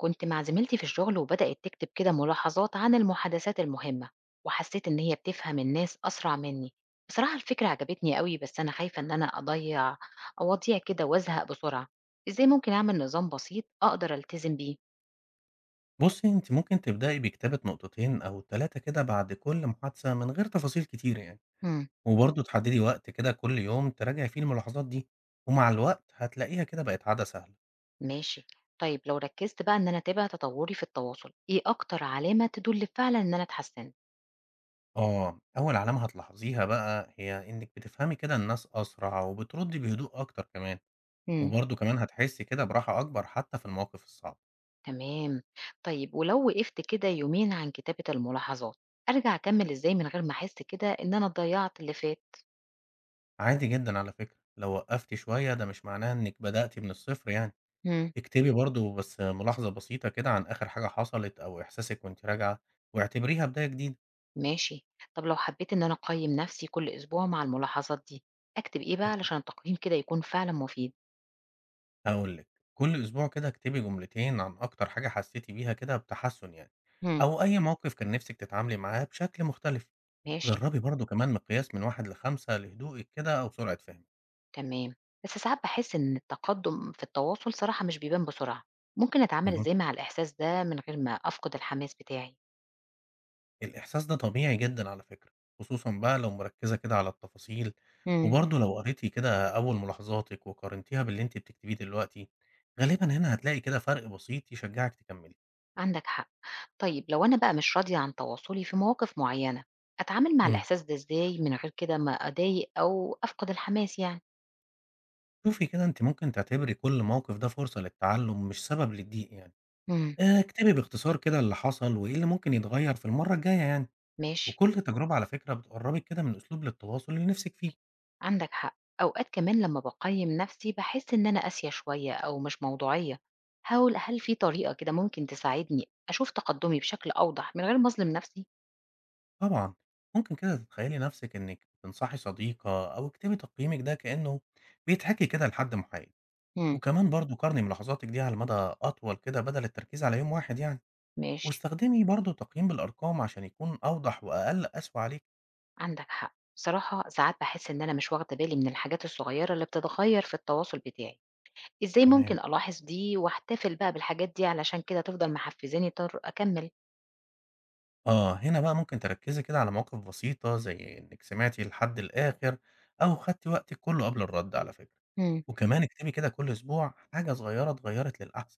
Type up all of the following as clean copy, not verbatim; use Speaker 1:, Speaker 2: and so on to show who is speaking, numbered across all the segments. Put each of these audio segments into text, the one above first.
Speaker 1: كنت مع زميلتي في الشغل وبدأت تكتب كده ملاحظات عن المحادثات المهمة، وحسيت إن هي بتفهم الناس أسرع مني. بصراحة الفكرة عجبتني قوي، بس أنا خايفة إن أنا أضيع كده وأزهق بسرعة. إزاي ممكن أعمل نظام بسيط أقدر ألتزم بيه؟
Speaker 2: بُصّي، أنتِ ممكن تبدئي بكتابة نقطتين أو 3 كده بعد كل محادثة من غير تفاصيل كتير يعني،
Speaker 1: مم.
Speaker 2: وبرضه تحددي وقت كده كل يوم تراجعي فيه الملاحظات دي، ومع الوقت هتلاقيها كده بقت عادة سهلة.
Speaker 1: ماشي. طيب لو ركزت بقى إن أنا أتابع تطوري في التواصل، إيه أكتر علامة تدل فعلا إن أنا اتحسنت؟
Speaker 2: آه، أول علامة هتلاحظيها بقى هي إنِّك بتفهمي كده الناس أسرع وبتردي بهدوء أكتر كمان،
Speaker 1: مم.
Speaker 2: وبرضه كمان هتحسي كده براحة أكبر حتى في المواقف الصعبة.
Speaker 1: تمام. طيب ولو وقفت كده يومين عن كتابة الملاحظات، أرجع أكمل إزاي من غير ما أحس كده إن أنا ضيعت اللي فات؟
Speaker 2: عادي جدًا على فكرة، لو وقفتِ شوية ده مش معناه إنِّك بدأتِ من الصفر يعني.
Speaker 1: إمم،
Speaker 2: اكتبي برضه بس ملاحظة بسيطة كده عن آخر حاجة حصلت أو إحساسِك وأنتِ راجعة، واعتبريها بداية جديدة.
Speaker 1: ماشي. طب لو حبيت إن أنا أقيّم نفسي كل أسبوع مع الملاحظات دي، أكتب إيه بقى
Speaker 2: اهم.
Speaker 1: علشان التقييم كده يكون فعلًا مفيد؟
Speaker 2: هاقول لِك، كل أسبوع كده اكتبي جملتين عن أكتر حاجة حسيتِ بيها كده بتحسُّن يعني،
Speaker 1: إمم.
Speaker 2: أو أي موقف كان نِفْسِك تتعاملي معاه بشكل مختلف.
Speaker 1: ماشي،
Speaker 2: جرّبي برضه كمان مقياس من 1 ل5 لهدوئِك كده أو سرعة فهمِك.
Speaker 1: تمام. بس ساعات باحس إن التقدُّم في التواصل صراحة مش بيبان بسرعة، ممكن أتعامل
Speaker 2: اهم.
Speaker 1: إزاي مع الإحساس ده من غير ما أفقد الحماس بتاعي؟
Speaker 2: الإحساس ده طبيعي جدًا على فكرة، خصوصًا بقى لو مركّزة كده على التفاصيل،
Speaker 1: إمم.
Speaker 2: وبرضه لو قريتِ كده أول ملاحظاتِك وقارنتيها باللي أنتِ بتكتبيه دلوقتي، غالبًا هنا هتلاقي كده فرق بسيط يشجعِك تكمّلي.
Speaker 1: عندك حق. طيب لو أنا بقى مش راضية عن تواصلي في مواقف معيّنة، أتعامل مع
Speaker 2: إمم.
Speaker 1: الإحساس ده إزاي من غير كده ما أضايق أو أفقد الحماس يعني؟
Speaker 2: شوفي كده أنتِ ممكن تعتبري كل موقف ده فرصة للتعلُّم مش سبب للضيق يعني،
Speaker 1: إمم.
Speaker 2: اكتبي باختصار كده اللي حصل وإيه اللي ممكن يتغيّر في المرّة الجاية يعني،
Speaker 1: ماشي.
Speaker 2: وكل تجربة على فكرة بتقرّبِك كده من أسلوب للتواصل اللي نِفْسِك فيه.
Speaker 1: عندك حق. أوقات كمان لما بقيم نفسي بحس إن أنا قاسية شوية أو مش موضوعية، هقول هل في طريقة كده ممكن تساعدني أشوف تقدمي بشكل أوضح من غير ما أظلم نفسي؟
Speaker 2: طبعًا، ممكن كده تتخيّلي نَفْسِك إنِّك بتنصحي صديقة أو اكتبي تقييمِك ده كإنه بيتحكي كده لحد محايد،
Speaker 1: مم.
Speaker 2: وكمان برضه قارني ملاحظاتِك دي على مدى أطول كده بدل التركيز على يوم واحد يعني،
Speaker 1: ماشي.
Speaker 2: واستخدمي برضه التقييم بالأرقام عشان يكون أوضح وأقل قسوة عليكِ.
Speaker 1: عندك حق. بصراحة ساعات بحس إن أنا مش واخدة بالي من الحاجات الصغيرة اللي بتتغير في التواصل بتاعي، إزاي
Speaker 2: تمام.
Speaker 1: ممكن ألاحظ دي وأحتفل بقى بالحاجات دي علشان كده تفضل محفزاني طر أكمل؟
Speaker 2: آه، هنا بقى ممكن تركّزي كده على مواقف بسيطة زي إنِّك سمعتِ لحد الآخر أو خدتِ وقتِك كُلّه قبل الرَد على فكرة،
Speaker 1: مم.
Speaker 2: وكمان اكتبي كده كل أسبوع حاجة صغيرة اتغيّرت للأحسن،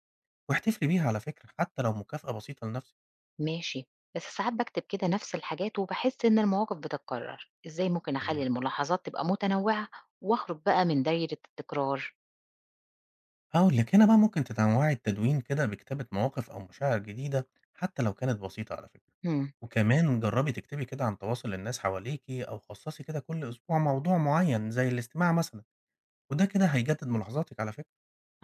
Speaker 2: واحتفلي بيها على فكرة حتى لو مكافأة بسيطة لنَفْسِك.
Speaker 1: ماشي. بس ساعات بكتب كده نفس الحاجات وبحس إن المواقف بتتكرر، إزاي ممكن أخلي
Speaker 2: تمام.
Speaker 1: الملاحظات تبقى متنوعة وأخرج بقى من دايرة التكرار؟
Speaker 2: هاقول لِك، هنا بقى ممكن تنوّعي التدوين كده بكتابة مواقف أو مشاعر جديدة حتى لو كانت بسيطة على فكرة،
Speaker 1: هم.
Speaker 2: وكمان جرّبي تكتبي كده عن تواصل الناس حواليكِ أو خصّصي كده كل أسبوع موضوع معيّن زي الاستماع مثلًا، وده كده هيجدد ملاحظاتِك على فكرة.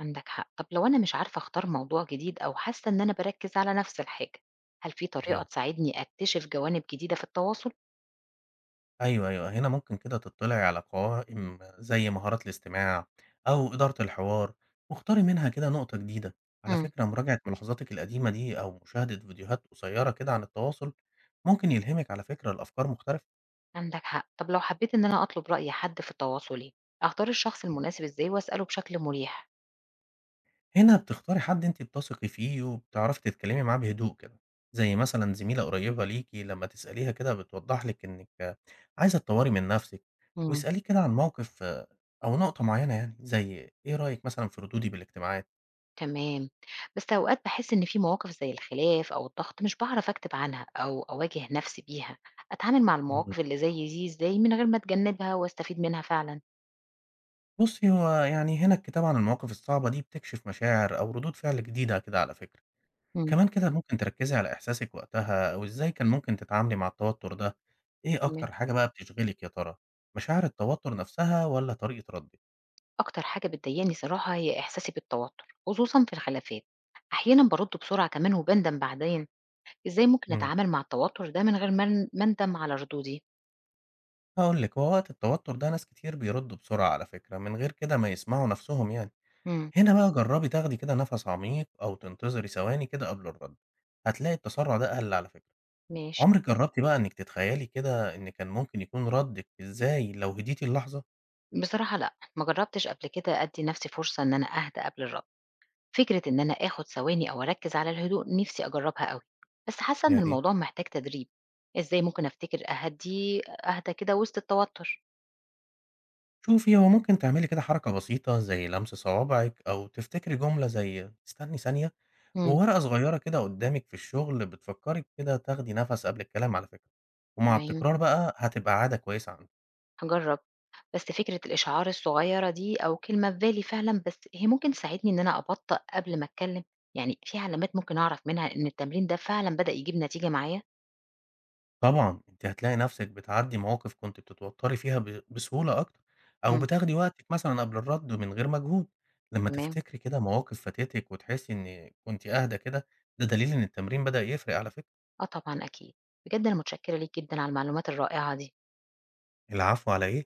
Speaker 1: عندك حق. طب لو أنا مش عارفة أختار موضوع جديد أو حاسة إن أنا بركز على نفس الحاجة، هل في طريقة
Speaker 2: أيوه،
Speaker 1: تساعدني أكتشف جوانب جديدة في التواصل؟
Speaker 2: أيوه، أيوه، هنا ممكن كده تطّلعي على قوائم زي مهارات الاستماع أو إدارة الحوار، واختاري منها كده نقطة جديدة. على
Speaker 1: هم.
Speaker 2: فكرة مراجعة ملاحظاتِك القديمة دي أو مشاهدة فيديوهات قصيّرة كده عن التواصل، ممكن يلهمِك على فكرة لأفكار مختلفة.
Speaker 1: عندك حق. طب لو حبيت إن أنا أطلب رأي حد في تواصلي، أختار الشخص المناسب إزاي وأسأله بشكل مريح؟
Speaker 2: هنا بتختاري حد أنتِ بتثقي فيه وبتعرفي تتكلمي معاه بهدوء كده، زي مثلًا زميلة قريبة ليكِ لمّا تسأليها كده بتوضح لِك إنِّك عايزة تطوّري من نفسِك،
Speaker 1: مم.
Speaker 2: واسأليه كده عن موقف آه، أو نقطة معيّنة يعني، زي إيه رأيِك مثلًا في ردودي بالاجتماعات؟
Speaker 1: تمام، بس أوقات باحس إن في مواقف زي الخلاف أو الضغط مش باعرف أكتب عنها أو أواجه نفسي بيها، أتعامل مع
Speaker 2: إمم.
Speaker 1: المواقف اللي زي دي إزاي من غير ما أتجنبها وأستفيد منها فعلًا؟
Speaker 2: بُصّي، هو يعني هنا الكتابة عن المواقف الصعبة دي بتكشف مشاعر أو ردود فعل جديدة كده على فكرة،
Speaker 1: مم،
Speaker 2: كمان كده ممكن تركّزي على إحساسِك وقتها أو إزاي كان ممكن تتعاملي مع التوتر ده، إيه
Speaker 1: تمام.
Speaker 2: أكتر حاجة بقى بتشغلِك يا ترى؟ مشاعر التوتر نفسها والّا طريقة ردِّك؟
Speaker 1: أكتر حاجة بتضايقني صراحة هي إحساسي بالتوتر خصوصًا في الخلافات، أحيانًا برد بسرعة كمان وبندم بعدين، إزاي ممكن
Speaker 2: إمم.
Speaker 1: أتعامل مع التوتر ده من غير ما ما أندم على ردودي؟
Speaker 2: هاقول لِك، هو وقت التوتر ده ناس كتير بيردّوا بسرعة على فكرة، من غير كده ما يسمعوا نَفْسهم يعني.
Speaker 1: مم،
Speaker 2: هنا بقى جرّبي تاخدي كده نَفَس عميق أو تنتظري ثواني كده قبل الرَد، هتلاقي التسرُّع ده قَل على فكرة.
Speaker 1: ماشي.
Speaker 2: عُمرِك جرّبتِ بقى إنِّك تتخيّلي كده إن كان ممكن يكون ردِّك إزاي لو هديتِ اللحظة؟
Speaker 1: بصراحة لأ، ما جربتش قبل كده أدي نفسي فرصة إن أنا أهدى قبل الرد. فكرة إن أنا آخد ثواني أو أركز على الهدوء نفسي أجربها أوي، بس حاسة
Speaker 2: يا
Speaker 1: إن
Speaker 2: ريت.
Speaker 1: الموضوع محتاج تدريب، إزاي ممكن أفتكر أهدى كده وسط التوتر؟
Speaker 2: شوفي، هو ممكن تعملي كده حركة بسيطة زي لمس صوابعِك أو تفتكري جملة زي "استني ثانية."
Speaker 1: إمم،
Speaker 2: وورقة صغيرة كده قدامِك في الشغل بتفكّرِك كده تاخدي نَفَس قبل الكلام على فكرة، ومع
Speaker 1: تمام،
Speaker 2: التكرار بقى هتبقى عادة كويسة عندِك.
Speaker 1: هاجرب، بس فكرة الإشعار الصغيرة دي أو كلمة في بالي فعلًا بس هي ممكن تساعدني إن أنا أبطأ قبل ما أتكلم؟ يعني في علامات ممكن أعرف منها إن التمرين ده فعلًا بدأ يجيب نتيجة معايا؟
Speaker 2: طبعًا أنتِ هتلاقي نَفْسِك بتعدّي مواقف كنتِ بتتوتّري فيها ب بسهولة أكتر، أو
Speaker 1: إمم،
Speaker 2: بتاخدي وقتِك مثلًا قبل الرَد من غير مجهود. لمّا
Speaker 1: تمام،
Speaker 2: تفتكري كده مواقف فاتتِك وتحسّي إن كنتِ أهدى كده، ده دليل إن التمرين بدأ يفرق على فكرة.
Speaker 1: آه طبعًا أكيد، بجد أنا متشكرة ليك جدًا على المعلومات الرائعة دي.
Speaker 2: العفو على إيه؟